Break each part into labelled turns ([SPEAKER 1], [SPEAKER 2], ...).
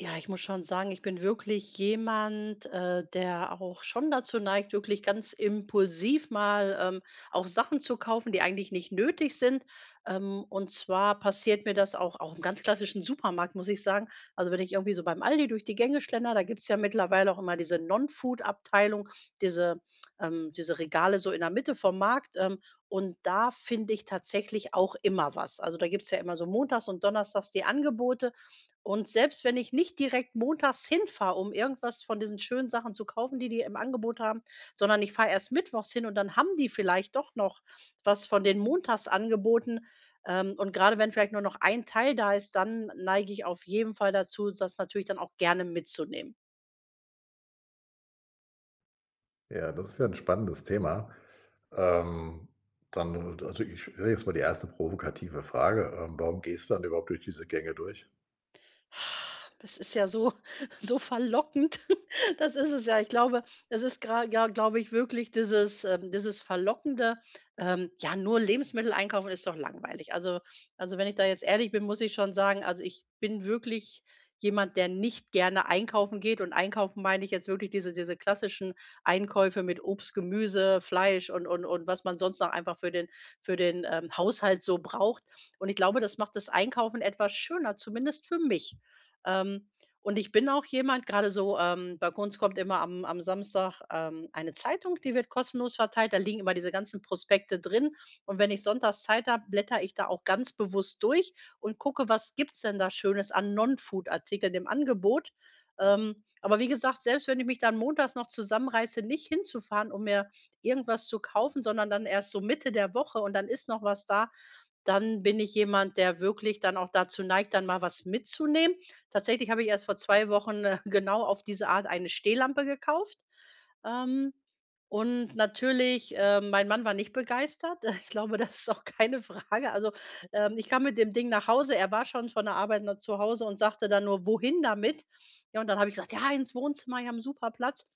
[SPEAKER 1] Ja, ich muss schon sagen, ich bin wirklich jemand, der auch schon dazu neigt, wirklich ganz impulsiv mal, auch Sachen zu kaufen, die eigentlich nicht nötig sind. Und zwar passiert mir das auch im ganz klassischen Supermarkt, muss ich sagen. Also, wenn ich irgendwie so beim Aldi durch die Gänge schlender, da gibt's ja mittlerweile auch immer diese Non-Food-Abteilung, diese diese Regale so in der Mitte vom Markt. Und da finde ich tatsächlich auch immer was. Also, da gibt's ja immer so montags und donnerstags die Angebote. Und selbst wenn ich nicht direkt montags hinfahre, um irgendwas von diesen schönen Sachen zu kaufen, die die im Angebot haben, sondern ich fahre erst mittwochs hin und dann haben die vielleicht doch noch was von den Montagsangeboten. Und gerade wenn vielleicht nur noch ein Teil da ist, dann neige ich auf jeden Fall dazu, das natürlich dann auch gerne mitzunehmen.
[SPEAKER 2] Ja, das ist ja ein spannendes Thema. Ähm, Ich stelle jetzt mal die erste provokative Frage. Warum gehst du dann überhaupt durch diese Gänge durch?
[SPEAKER 1] Das ist ja so so verlockend. Das ist es ja. Ich glaube, das ist gerade ja, glaube ich, wirklich dieses verlockende, ja, nur Lebensmittel einkaufen ist doch langweilig. Also, wenn ich da jetzt ehrlich bin, muss ich schon sagen, also, ich bin wirklich jemand, der nicht gerne einkaufen geht, und einkaufen meine ich jetzt wirklich diese klassischen Einkäufe mit Obst, Gemüse, Fleisch und was man sonst noch einfach für den für den Haushalt so braucht. Und ich glaube, das macht das Einkaufen etwas schöner, zumindest für mich. Ähm, und ich bin auch jemand, gerade so, bei uns kommt immer am Samstag, eine Zeitung, die wird kostenlos verteilt. Da liegen immer diese ganzen Prospekte drin. Und wenn ich sonntags Zeit habe, blättere ich da auch ganz bewusst durch und gucke, was gibt's denn da Schönes an Non-Food-Artikeln im Angebot. Ähm, aber wie gesagt, selbst wenn ich mich dann montags noch zusammenreiße, nicht hinzufahren, um mir irgendwas zu kaufen, sondern dann erst so Mitte der Woche, und dann ist noch was da, dann bin ich jemand, der wirklich dann auch dazu neigt, dann mal was mitzunehmen. Tatsächlich habe ich erst vor 2 Wochen, genau auf diese Art eine Stehlampe gekauft. Ähm, und natürlich, mein Mann war nicht begeistert. Ich glaube, das ist auch keine Frage. Also, ich kam mit dem Ding nach Hause. Er war schon von der Arbeit nach zu Hause und sagte dann nur: „Wohin damit?" Ja, und dann habe ich gesagt: „Ja, ins Wohnzimmer, ich habe 'n super Platz."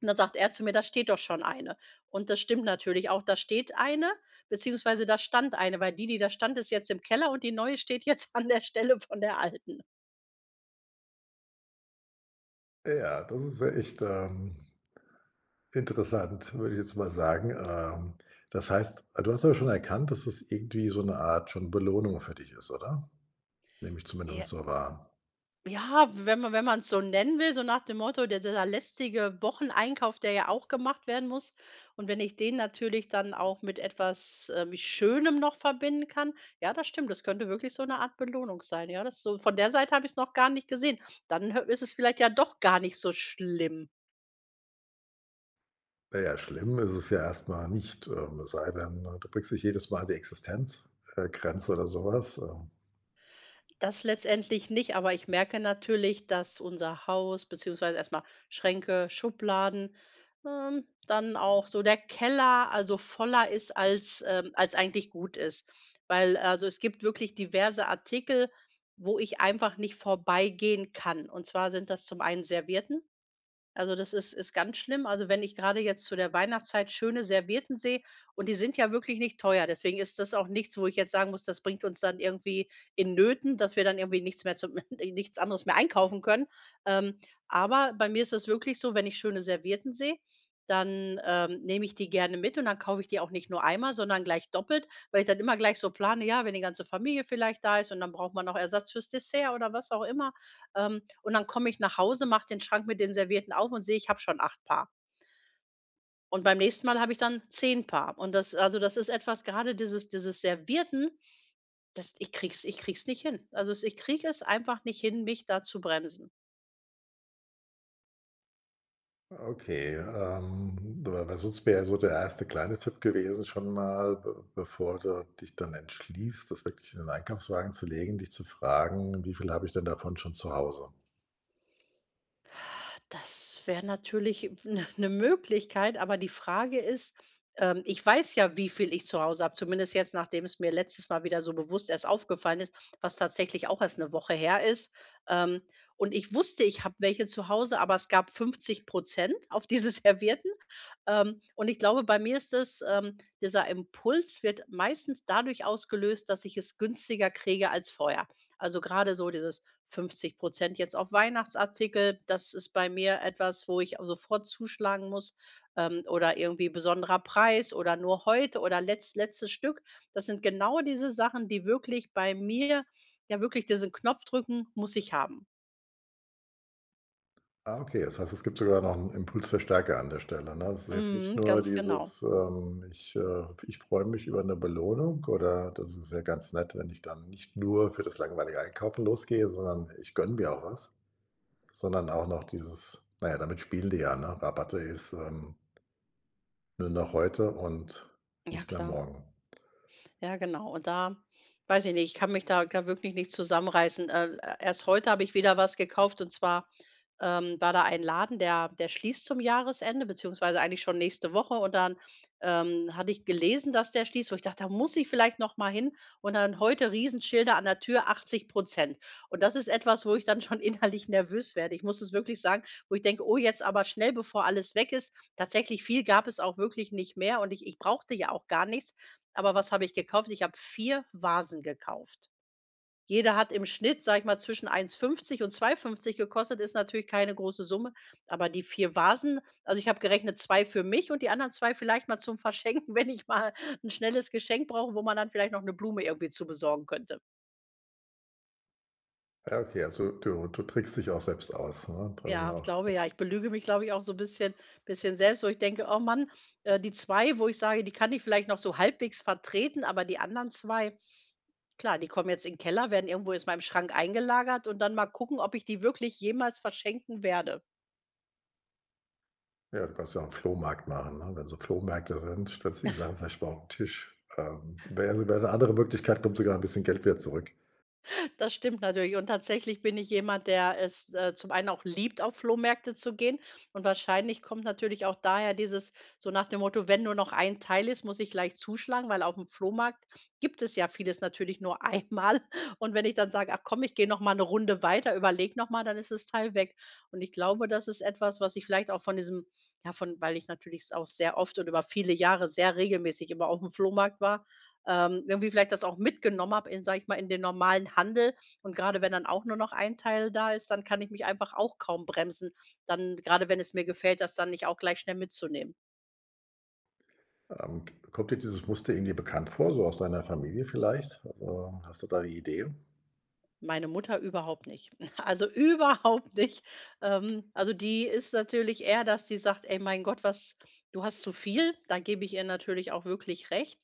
[SPEAKER 1] Und dann sagt er zu mir: „Da steht doch schon eine." Und das stimmt natürlich auch. Da steht eine, beziehungsweise da stand eine, weil die, die da stand, ist jetzt im Keller und die neue steht jetzt an der Stelle von der alten.
[SPEAKER 2] Ja, das ist ja echt, interessant, würde ich jetzt mal sagen. Das heißt, du hast aber schon erkannt, dass es irgendwie so eine Art schon Belohnung für dich ist, oder? Nehme ich zumindest so wahr.
[SPEAKER 1] Ja, wenn man es so nennen will, so nach dem Motto, der dieser lästige Wocheneinkauf, der ja auch gemacht werden muss. Und wenn ich den natürlich dann auch mit etwas, Schönem noch verbinden kann, ja, das stimmt, das könnte wirklich so eine Art Belohnung sein. Ja, das so von der Seite habe ich es noch gar nicht gesehen. Dann hö ist es vielleicht ja doch gar nicht so schlimm.
[SPEAKER 2] Naja, schlimm ist es ja erstmal nicht, es sei denn, du bringst dich jedes Mal an die Existenzgrenze, äh, oder sowas.
[SPEAKER 1] Das letztendlich nicht, aber ich merke natürlich, dass unser Haus, beziehungsweise erstmal Schränke, Schubladen, dann auch so der Keller, also voller ist als, als eigentlich gut ist. Weil, also, es gibt wirklich diverse Artikel, wo ich einfach nicht vorbeigehen kann. Und zwar sind das zum einen Servietten, also, das ist ganz schlimm. Also, wenn ich gerade jetzt zu der Weihnachtszeit schöne Servietten sehe, und die sind ja wirklich nicht teuer. Deswegen ist das auch nichts, wo ich jetzt sagen muss, das bringt uns dann irgendwie in Nöten, dass wir dann irgendwie nichts mehr zum nichts anderes mehr einkaufen können. Ähm, aber bei mir ist es wirklich so, wenn ich schöne Servietten sehe, dann, nehme ich die gerne mit, und dann kaufe ich die auch nicht nur einmal, sondern gleich doppelt, weil ich dann immer gleich so plane, ja, wenn die ganze Familie vielleicht da ist, und dann braucht man noch Ersatz fürs Dessert oder was auch immer. Und dann komme ich nach Hause, mache den Schrank mit den Servietten auf und sehe, ich habe schon 8 Paar. Und beim nächsten Mal habe ich dann 10 Paar. Und das, also, das ist etwas, gerade dieses Servierten, das ich krieg's nicht hin. Also, es ich kriege es einfach nicht hin, mich da zu bremsen.
[SPEAKER 2] Okay, weil sonst wäre so der erste kleine Tipp gewesen schon mal, be bevor du dich dann entschließt, das wirklich in den Einkaufswagen zu legen, dich zu fragen: „Wie viel habe ich denn davon schon zu Hause?“
[SPEAKER 1] Das wäre natürlich eine Möglichkeit, aber die Frage ist, ich weiß ja, wie viel ich zu Hause habe, zumindest jetzt, nachdem es mir letztes Mal wieder so bewusst erst aufgefallen ist, was tatsächlich auch erst eine Woche her ist. Ähm, und ich wusste, ich habe welche zu Hause, aber es gab 50 auf diese Servietten, und ich glaube, bei mir ist es, dieser Impuls wird meistens dadurch ausgelöst, dass ich es günstiger kriege als vorher. Also gerade so dieses 50 jetzt auf Weihnachtsartikel, das ist bei mir etwas, wo ich sofort zuschlagen muss, oder irgendwie besonderer Preis oder nur heute oder letztes Stück. Das sind genau diese Sachen, die wirklich bei mir, ja, wirklich diesen Knopf drücken: „Muss ich haben."
[SPEAKER 2] Ah, okay, das heißt, es gibt sogar noch einen Impulsverstärker an der Stelle, ne? Es ist jetzt nicht
[SPEAKER 1] Mhm,
[SPEAKER 2] nur
[SPEAKER 1] ganz genau.
[SPEAKER 2] dieses, „Ich, ich freue mich über eine Belohnung“ oder „das ist ja ganz nett, wenn ich dann nicht nur für das langweilige Einkaufen losgehe, sondern ich gönne mir auch was“, sondern auch noch dieses naja, damit spielen die ja, ne? Rabatte ist, ähm. Nur noch heute und
[SPEAKER 1] Ja,
[SPEAKER 2] nicht mehr
[SPEAKER 1] klar.
[SPEAKER 2] morgen.
[SPEAKER 1] Ja, genau. Und da weiß ich nicht, ich kann mich da wirklich nicht zusammenreißen. Erst heute habe ich wieder was gekauft, und zwar, war da ein Laden, der schließt zum Jahresende, beziehungsweise eigentlich schon nächste Woche, und dann, hatte ich gelesen, dass der schließt, wo ich dachte, da muss ich vielleicht noch mal hin, und dann heute Riesenschilder an der Tür 80. Und das ist etwas, wo ich dann schon innerlich nervös werde. Ich muss es wirklich sagen, wo ich denke: „Oh, jetzt aber schnell, bevor alles weg ist." Tatsächlich viel gab es auch wirklich nicht mehr, und ich brauchte ja auch gar nichts. Aber was habe ich gekauft? Ich habe 4 Vasen gekauft. Jeder hat im Schnitt, sage ich mal, zwischen 1,50 und 2,50 gekostet, ist natürlich keine große Summe, aber die 4 Vasen, also, ich habe gerechnet, 2 für mich und die anderen 2 vielleicht mal zum Verschenken, wenn ich mal ein schnelles Geschenk brauche, wo man dann vielleicht noch eine Blume irgendwie zu besorgen könnte.
[SPEAKER 2] Ja, okay, also du trickst dich auch selbst aus, ne? Dann
[SPEAKER 1] Ja, ich
[SPEAKER 2] noch
[SPEAKER 1] glaube ja.
[SPEAKER 2] auf
[SPEAKER 1] Ich belüge mich, glaube ich, auch so ein bisschen selbst, wo ich denke: „Oh Mann, die 2, wo ich sage, die kann ich vielleicht noch so halbwegs vertreten, aber die anderen 2. Klar, die kommen jetzt in 'n Keller, werden irgendwo jetzt mal im Schrank eingelagert, und dann mal gucken, ob ich die wirklich jemals verschenken werde.
[SPEAKER 2] ja, du kannst ja auch 'n Flohmarkt machen, ne? Wenn so Flohmärkte sind, stellst du die Sachen vielleicht mal auf'n Tisch. Wäre also wäre 'ne andere Möglichkeit, kommt sogar ein bisschen Geld wieder zurück.
[SPEAKER 1] Das stimmt natürlich. Und tatsächlich bin ich jemand, der es, zum einen auch liebt, auf Flohmärkte zu gehen. Und wahrscheinlich kommt natürlich auch daher dieses, so nach dem Motto, wenn nur noch ein Teil ist, muss ich gleich zuschlagen, weil auf dem Flohmarkt gibt es ja vieles natürlich nur einmal. Und wenn ich dann sage, ach komm, ich gehe noch mal eine Runde weiter, überleg noch mal, dann ist das Teil weg. Und ich glaube, das ist etwas, was ich vielleicht auch von diesem, ja, von, weil ich natürlich auch sehr oft und über viele Jahre sehr regelmäßig immer auf dem Flohmarkt war, irgendwie vielleicht das auch mitgenommen habe in, sage ich mal, in den normalen Handel. Und gerade wenn dann auch nur noch ein Teil da ist, dann kann ich mich einfach auch kaum bremsen, dann gerade wenn es mir gefällt, das dann nicht auch gleich schnell mitzunehmen.
[SPEAKER 2] Ähm, kommt dir dieses Muster irgendwie bekannt vor, so aus deiner Familie vielleicht? Also, hast du da die Idee?
[SPEAKER 1] Meine Mutter überhaupt nicht. Also, überhaupt nicht. Also, die ist natürlich eher, dass die sagt: „Ey, mein Gott, was, du hast zu viel." Da gebe ich ihr natürlich auch wirklich recht.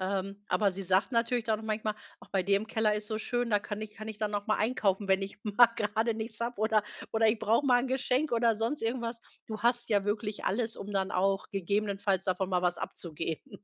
[SPEAKER 1] Aber sie sagt natürlich dann auch manchmal: „Ach, bei dir im Keller ist so schön, da kann ich dann noch mal einkaufen, wenn ich mal gerade nichts habe, oder ich brauche mal ein Geschenk oder sonst irgendwas." Du hast ja wirklich alles, um dann auch gegebenenfalls davon mal was abzugeben.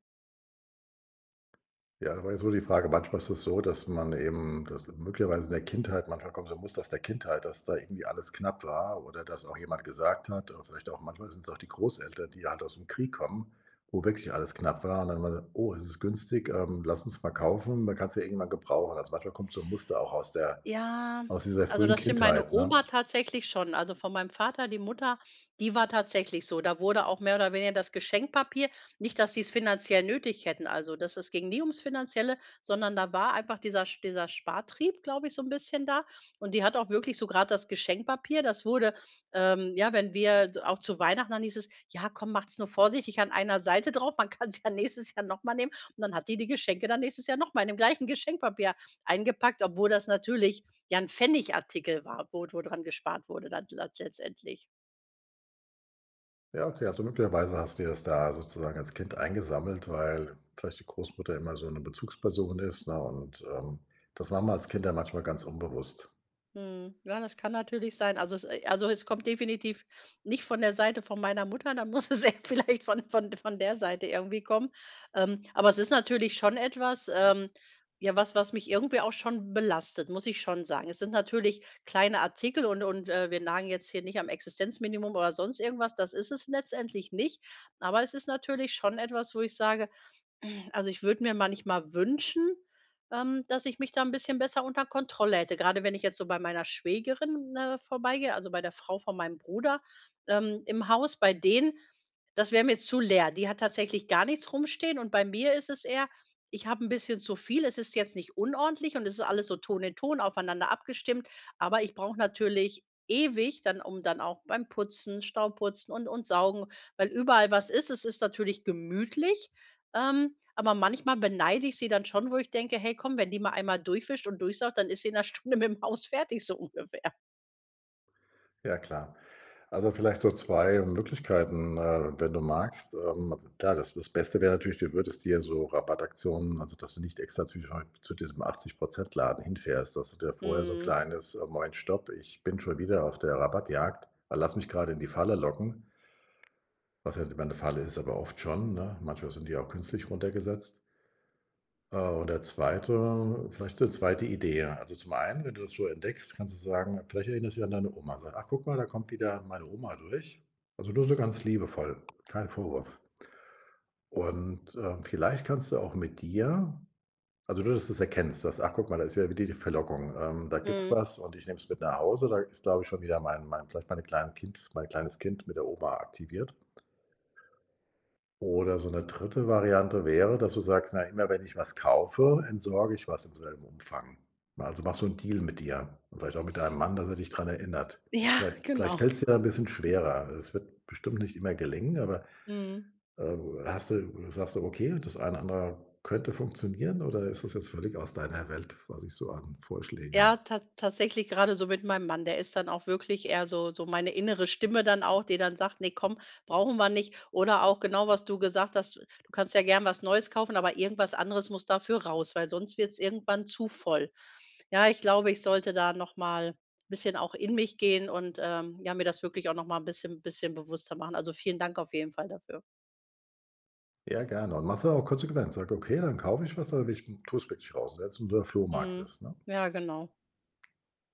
[SPEAKER 2] Ja, aber jetzt nur die Frage, manchmal ist es so, dass man eben dass möglicherweise in der Kindheit manchmal kommt so ein Muster aus der Kindheit, dass da irgendwie alles knapp war oder dass auch jemand gesagt hat oder vielleicht auch manchmal sind es auch die Großeltern, die halt aus dem Krieg kommen, wo wirklich alles knapp war und dann war dann: „Oh, es ist günstig, lass uns mal kaufen, man kann es ja irgendwann gebrauchen.“ Also, manchmal kommt so ein Muster auch aus der
[SPEAKER 1] Ja,
[SPEAKER 2] aus dieser
[SPEAKER 1] also
[SPEAKER 2] frühen
[SPEAKER 1] das stimmt. Meine
[SPEAKER 2] Kindheit, ne?
[SPEAKER 1] Oma tatsächlich schon. Also von meinem Vater, die Mutter, die war tatsächlich so. Da wurde auch mehr oder weniger das Geschenkpapier, nicht, dass sie es finanziell nötig hätten. Also das, es ging nie ums Finanzielle, sondern da war einfach dieser, dieser Spartrieb, glaube ich, so ein bisschen da. Und die hat auch wirklich so gerade das Geschenkpapier. Das wurde, ja, wenn wir so auch zu Weihnachten, dann hieß es, ja, komm, macht's nur vorsichtig an einer Seite drauf. Man kann es ja nächstes Jahr nochmal nehmen. Und dann hat die die Geschenke dann nächstes Jahr nochmal in dem gleichen Geschenkpapier eingepackt, obwohl das natürlich ja ein Pfennigartikel war, wo dran gespart wurde dann lat letztendlich.
[SPEAKER 2] Ja, okay, also möglicherweise hast du dir das da sozusagen als Kind eingesammelt, weil vielleicht die Großmutter immer so eine Bezugsperson ist, ne, und, das machen wir als Kinder manchmal ganz unbewusst.
[SPEAKER 1] Mhm. Ja, das kann natürlich sein. Also, es kommt definitiv nicht von der Seite von meiner Mutter, dann muss es eher vielleicht von von der Seite irgendwie kommen. Aber es ist natürlich schon etwas, ja, was mich irgendwie auch schon belastet, muss ich schon sagen. Es sind natürlich kleine Artikel, und wir nagen jetzt hier nicht am Existenzminimum oder sonst irgendwas, das ist es letztendlich nicht. Aber es ist natürlich schon etwas, wo ich sage: Also, ich würde mir manchmal wünschen, dass ich mich da ein bisschen besser unter Kontrolle hätte. Gerade wenn ich jetzt so bei meiner Schwägerin, vorbeigehe, also bei der Frau von meinem Bruder, im Haus, bei denen, das wäre mir zu leer. Die hat tatsächlich gar nichts rumstehen und bei mir ist es eher, ich habe ein bisschen zu viel. Es ist jetzt nicht unordentlich und es ist alles so Ton in Ton aufeinander abgestimmt, aber ich brauche natürlich ewig dann, um dann auch beim Putzen, Staubputzen und Saugen, weil überall was ist. Es ist natürlich gemütlich, aber manchmal beneide ich sie dann schon, wo ich denke: „Hey, komm, wenn die mal einmal durchwischt und durchsaugt, dann ist sie in einer Stunde mit dem Haus fertig", so ungefähr.
[SPEAKER 2] Ja, klar. Also, vielleicht so 2 Möglichkeiten, wenn du magst. Also klar, das Beste wäre natürlich, du würdest dir so Rabattaktionen also, dass du nicht extra zu diesem 80 Laden hinfährst, dass du dir vorher so ein
[SPEAKER 1] Mhm,
[SPEAKER 2] kleines: Moment, Stopp, ich bin schon wieder auf der Rabattjagd. Lass mich gerade in die Falle locken.“ Was ja nicht immer der Fall ist, aber oft schon, ne? Manchmal sind die auch künstlich runtergesetzt. Und der zweite, vielleicht so zweite Idee. Also, zum einen, wenn du das so entdeckst, kannst du sagen: „Vielleicht erinnerst du dich an deine Oma.“ Sag: „Ach, guck mal, da kommt wieder meine Oma durch.“ Also, nur so ganz liebevoll, kein Vorwurf. Und, vielleicht kannst du auch mit dir also, nur dass du's erkennst, dass: „Ach, guck mal, da ist ja wieder die Verlockung. Da gibt's
[SPEAKER 1] mhm.
[SPEAKER 2] was und ich nehme es mit nach Hause. Da ist, glaube ich, schon wieder mein vielleicht mein kleines Kind mit der Oma aktiviert.“ Oder so eine dritte Variante wäre, dass du sagst: „Na, immer wenn ich was kaufe, entsorge ich was im selben Umfang.“ Also, machst du einen Deal mit dir und vielleicht auch mit deinem Mann, dass er dich dran erinnert.
[SPEAKER 1] Ja,
[SPEAKER 2] Vielleicht
[SPEAKER 1] genau.
[SPEAKER 2] fällt es dir da 'n bisschen schwerer. Es wird bestimmt nicht immer gelingen, aber,
[SPEAKER 1] Mhm.
[SPEAKER 2] äh, hast du sagst du: „Okay, das eine oder andere könnte funktionieren“, oder ist das jetzt völlig aus deiner Welt, was ich so an Vorschlägen
[SPEAKER 1] Ja,
[SPEAKER 2] habe?
[SPEAKER 1] ta tatsächlich gerade so mit meinem Mann. Der ist dann auch wirklich eher so meine innere Stimme dann auch, die dann sagt: nee, komm, brauchen wir nicht." Oder auch genau, was du gesagt hast, du kannst ja gern was Neues kaufen, aber irgendwas anderes muss dafür raus, weil sonst wird es irgendwann zu voll. Ja, ich glaube, ich sollte da noch mal bisschen auch in mich gehen und, ja, mir das wirklich auch noch mal 'n bisschen bewusster machen. Also, vielen Dank auf jeden Fall dafür.
[SPEAKER 2] Ja, gerne. Und machst dann auch konsequent. Sag: „Okay, dann kaufe ich was, aber ich tue es wirklich raus.“ Selbst wenn es nur der Flohmarkt
[SPEAKER 1] Mhm.
[SPEAKER 2] ist, ne?
[SPEAKER 1] Ja, genau.